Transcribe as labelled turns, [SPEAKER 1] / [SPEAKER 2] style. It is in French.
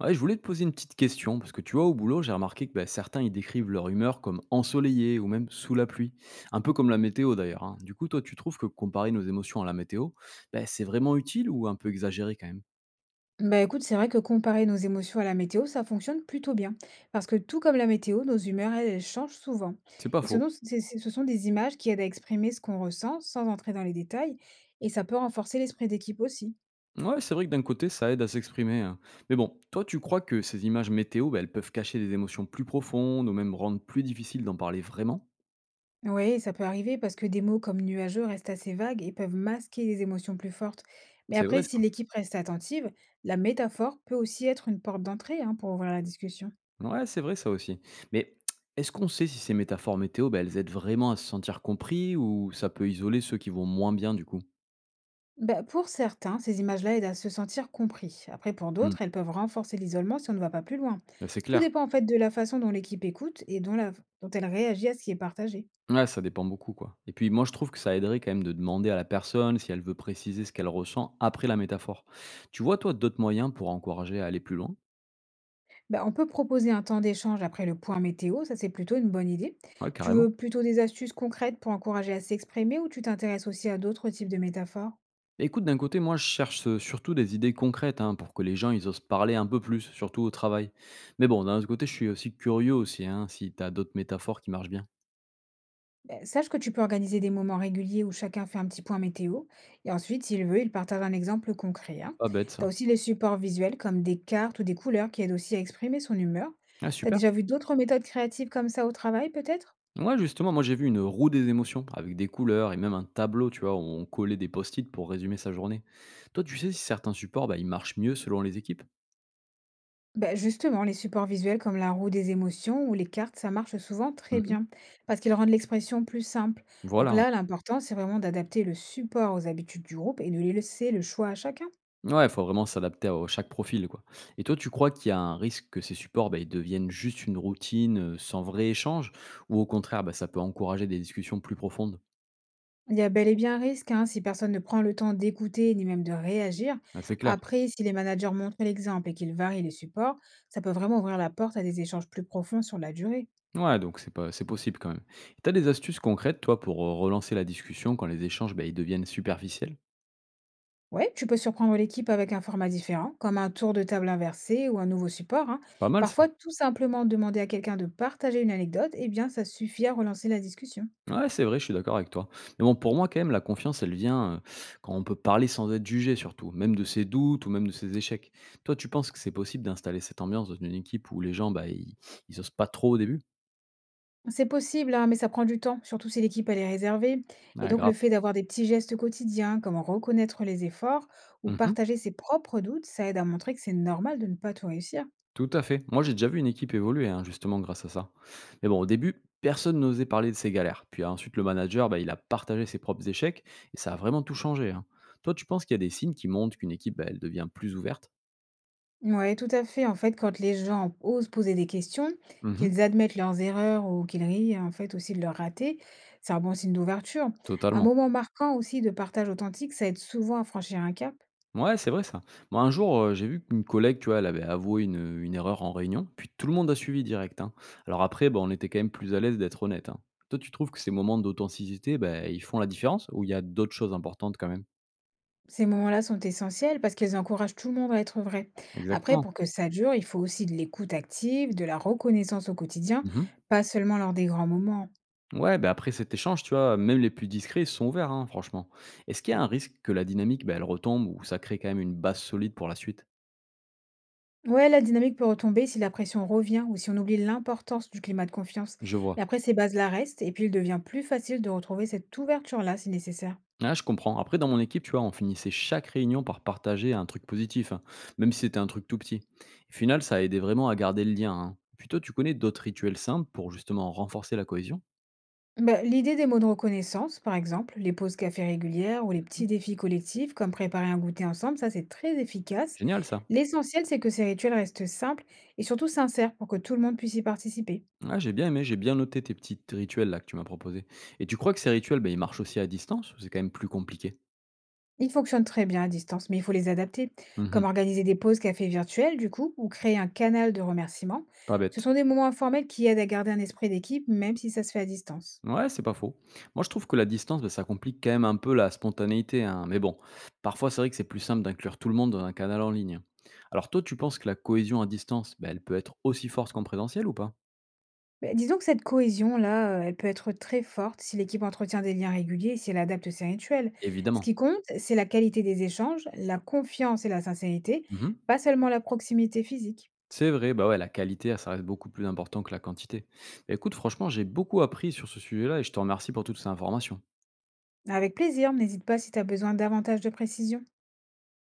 [SPEAKER 1] Ouais, je voulais te poser une petite question, parce que tu vois, au boulot, j'ai remarqué que bah, certains, ils décrivent leur humeur comme ensoleillée ou même sous la pluie. Un peu comme la météo d'ailleurs, hein. Du coup, toi, tu trouves que comparer nos émotions à la météo, bah, c'est vraiment utile ou un peu exagéré quand même?
[SPEAKER 2] Bah écoute, c'est vrai que comparer nos émotions à la météo, ça fonctionne plutôt bien. Parce que tout comme la météo, nos humeurs, elles changent souvent.
[SPEAKER 1] C'est pas
[SPEAKER 2] Et ce,
[SPEAKER 1] faux.
[SPEAKER 2] dont- c'est- ce sont des images qui aident à exprimer ce qu'on ressent sans entrer dans les détails. Et ça peut renforcer l'esprit d'équipe aussi.
[SPEAKER 1] Ouais, c'est vrai que d'un côté, ça aide à s'exprimer, hein. Mais bon, toi, tu crois que ces images météo, bah, elles peuvent cacher des émotions plus profondes ou même rendre plus difficile d'en parler vraiment?
[SPEAKER 2] Oui, ça peut arriver parce que des mots comme nuageux restent assez vagues et peuvent masquer des émotions plus fortes. Mais
[SPEAKER 1] C'est vrai
[SPEAKER 2] après,
[SPEAKER 1] ça.
[SPEAKER 2] si l'équipe reste attentive, la métaphore peut aussi être une porte d'entrée, hein, pour ouvrir la discussion.
[SPEAKER 1] Ouais, c'est vrai ça aussi. Mais est-ce qu'on sait si ces métaphores météo, ben, elles aident vraiment à se sentir compris ou ça peut isoler ceux qui vont moins bien du coup?
[SPEAKER 2] Bah, pour certains, ces images-là aident à se sentir compris. Après, pour
[SPEAKER 1] Hmm,
[SPEAKER 2] d'autres, elles peuvent renforcer l'isolement si on ne va pas plus loin.
[SPEAKER 1] bah, c'est
[SPEAKER 2] Tout
[SPEAKER 1] clair.
[SPEAKER 2] dépend en fait de la façon dont l'équipe écoute et dont elle réagit à ce qui est partagé.
[SPEAKER 1] Ouais, ça dépend beaucoup quoi. Et puis moi je trouve que ça aiderait quand même de demander à la personne si elle veut préciser ce qu'elle ressent après la métaphore. Tu vois toi d'autres moyens pour encourager à aller plus loin?
[SPEAKER 2] Bah, on peut proposer un temps d'échange après le point météo, ça c'est plutôt une bonne idée.
[SPEAKER 1] Ouais,
[SPEAKER 2] Tu
[SPEAKER 1] carrément.
[SPEAKER 2] veux plutôt des astuces concrètes pour encourager à s'exprimer ou tu t'intéresses aussi à d'autres types de métaphores?
[SPEAKER 1] Écoute, d'un côté, moi je cherche surtout des idées concrètes hein, pour que les gens ils osent parler un peu plus, surtout au travail. Mais bon, d'un autre côté, je suis aussi curieux aussi hein, si t'as d'autres métaphores qui marchent bien.
[SPEAKER 2] Beh, sache que tu peux organiser des moments réguliers où chacun fait un petit point météo et ensuite, s'il veut, il partage un exemple concret, hein.
[SPEAKER 1] Pas bête ça.
[SPEAKER 2] T'as aussi les supports visuels comme des cartes ou des couleurs qui aident aussi à exprimer son humeur.
[SPEAKER 1] Ah
[SPEAKER 2] T'as
[SPEAKER 1] super.
[SPEAKER 2] déjà vu d'autres méthodes créatives comme ça au travail, peut-être?
[SPEAKER 1] Ouais, justement, moi j'ai vu une roue des émotions avec des couleurs et même un tableau, tu vois, où on collait des post-it pour résumer sa journée. Toi, tu sais si certains supports, bah, ils marchent mieux selon les équipes?
[SPEAKER 2] Ben justement, les supports visuels comme la roue des émotions ou les cartes, ça marche souvent très
[SPEAKER 1] Mhm.
[SPEAKER 2] bien parce qu'ils rendent l'expression plus simple. Donc
[SPEAKER 1] Voilà.
[SPEAKER 2] là, l'important, c'est vraiment d'adapter le support aux habitudes du groupe et de laisser le choix à chacun.
[SPEAKER 1] Ouais, il faut vraiment s'adapter à chaque profil, quoi. Et toi, tu crois qu'il y a un risque que ces supports, bah, ils deviennent juste une routine sans vrai échange, ou au contraire, bah, ça peut encourager des discussions plus profondes?
[SPEAKER 2] Il y a bel et bien un risque, hein, si personne ne prend le temps d'écouter ni même de réagir.
[SPEAKER 1] Ah, c'est clair.
[SPEAKER 2] Après, si les managers montrent l'exemple et qu'ils varient les supports, ça peut vraiment ouvrir la porte à des échanges plus profonds sur la durée.
[SPEAKER 1] Ouais, donc c'est pas, c'est possible quand même. Tu as des astuces concrètes, toi, pour relancer la discussion quand les échanges, bah, ils deviennent superficiels?
[SPEAKER 2] Ouais, tu peux surprendre l'équipe avec un format différent, comme un tour de table inversé ou un nouveau support, hein.
[SPEAKER 1] Pas mal ça.
[SPEAKER 2] Parfois, tout simplement demander à quelqu'un de partager une anecdote, eh bien, ça suffit à relancer la discussion.
[SPEAKER 1] Ouais, c'est vrai, je suis d'accord avec toi. Mais bon, pour moi, quand même, la confiance, elle vient, quand on peut parler sans être jugé surtout, même de ses doutes ou même de ses échecs. Toi, tu penses que c'est possible d'installer cette ambiance dans une équipe où les gens, bah, ils osent pas trop au début?
[SPEAKER 2] C'est possible, hein, mais ça prend du temps, surtout si l'équipe elle est réservée. Et
[SPEAKER 1] Ah,
[SPEAKER 2] donc le
[SPEAKER 1] grave.
[SPEAKER 2] fait d'avoir des petits gestes quotidiens, comme reconnaître les efforts ou
[SPEAKER 1] Mmh.
[SPEAKER 2] partager ses propres doutes, ça aide à montrer que c'est normal de ne pas tout réussir.
[SPEAKER 1] Tout à fait. Moi, j'ai déjà vu une équipe évoluer, hein, justement grâce à ça. Mais bon, au début, personne n'osait parler de ses galères. Puis ensuite, le manager, bah, il a partagé ses propres échecs et ça a vraiment tout changé, hein. Toi, tu penses qu'il y a des signes qui montrent qu'une équipe, bah, elle devient plus ouverte?
[SPEAKER 2] Ouais, tout à fait. En fait, quand les gens osent poser des questions,
[SPEAKER 1] Mmh mh.
[SPEAKER 2] qu'ils admettent leurs erreurs ou qu'ils rient en fait aussi de leur raté, c'est un bon signe d'ouverture. Un
[SPEAKER 1] Totalement.
[SPEAKER 2] moment marquant aussi de partage authentique, ça aide souvent à franchir un cap.
[SPEAKER 1] Ouais, c'est vrai ça. Moi, un jour, j'ai vu qu'une collègue, tu vois, elle avait avoué une erreur en réunion, puis tout le monde a suivi direct, hein. Alors après, bah, on était quand même plus à l'aise d'être honnête, hein. Toi, tu trouves que ces moments d'authenticité, bah, ils font la différence ou il y a d'autres choses importantes quand même?
[SPEAKER 2] Ces moments-là sont essentiels parce qu'ils encouragent tout le monde à être vrai. Après,
[SPEAKER 1] Exactement.
[SPEAKER 2] pour que ça dure, il faut aussi de l'écoute active, de la reconnaissance au quotidien,
[SPEAKER 1] Mmh.
[SPEAKER 2] pas seulement lors des grands moments.
[SPEAKER 1] Ouais, bah, après cet échange, tu vois, même les plus discrets se sont ouverts, hein, franchement. Est-ce qu'il y a un risque que la dynamique, bah, elle retombe ou ça crée quand même une base solide pour la suite?
[SPEAKER 2] Ouais, la dynamique peut retomber si la pression revient ou si on oublie l'importance du climat de confiance.
[SPEAKER 1] Je
[SPEAKER 2] Mais
[SPEAKER 1] vois.
[SPEAKER 2] après, ces bases-là restent et puis il devient plus facile de retrouver cette ouverture-là si nécessaire.
[SPEAKER 1] Ah, je comprends. Après, dans mon équipe, tu vois, on finissait chaque réunion par partager un truc positif, hein, même si c'était un truc tout petit. Au final, ça a aidé vraiment à garder le lien, hein. Puis toi, tu connais d'autres rituels simples pour justement renforcer la cohésion?
[SPEAKER 2] Bah, l'idée des mots de reconnaissance, par exemple, les pauses café régulières ou les
[SPEAKER 1] Mhm.
[SPEAKER 2] petits défis collectifs, comme préparer un goûter ensemble, ça c'est très efficace.
[SPEAKER 1] Génial ça.
[SPEAKER 2] L'essentiel, c'est que ces rituels restent simples et surtout sincères pour que tout le monde puisse y participer.
[SPEAKER 1] Ah, j'ai bien aimé, j'ai bien noté tes petits rituels là que tu m'as proposés. Et tu crois que ces rituels, ben, ils marchent aussi à distance ou c'est quand même plus compliqué?
[SPEAKER 2] Ils fonctionnent très bien à distance, mais il faut les adapter, comme
[SPEAKER 1] Mhm.
[SPEAKER 2] organiser des pauses café virtuelles, du coup, ou créer un canal de remerciement.
[SPEAKER 1] Pas
[SPEAKER 2] Ce
[SPEAKER 1] bête.
[SPEAKER 2] sont des moments informels qui aident à garder un esprit d'équipe, même si ça se fait à distance.
[SPEAKER 1] Ouais, c'est pas faux. Moi, je trouve que la distance, ben, ça complique quand même un peu la spontanéité, hein. Mais bon, parfois, c'est vrai que c'est plus simple d'inclure tout le monde dans un canal en ligne. Alors, toi, tu penses que la cohésion à distance, ben, elle peut être aussi forte qu'en présentiel ou pas?
[SPEAKER 2] Beh, disons que cette cohésion-là, elle peut être très forte si l'équipe entretient des liens réguliers et si elle adapte ses rituels. Ce
[SPEAKER 1] Évidemment.
[SPEAKER 2] qui compte, c'est la qualité des échanges, la confiance et la sincérité,
[SPEAKER 1] Mhm.
[SPEAKER 2] pas seulement la proximité physique.
[SPEAKER 1] C'est vrai, bah ouais, la qualité, ça reste beaucoup plus important que la quantité. Bah, écoute, franchement, j'ai beaucoup appris sur ce sujet-là et je te remercie pour toutes ces informations.
[SPEAKER 2] Avec plaisir, n'hésite pas si tu as besoin davantage de précision.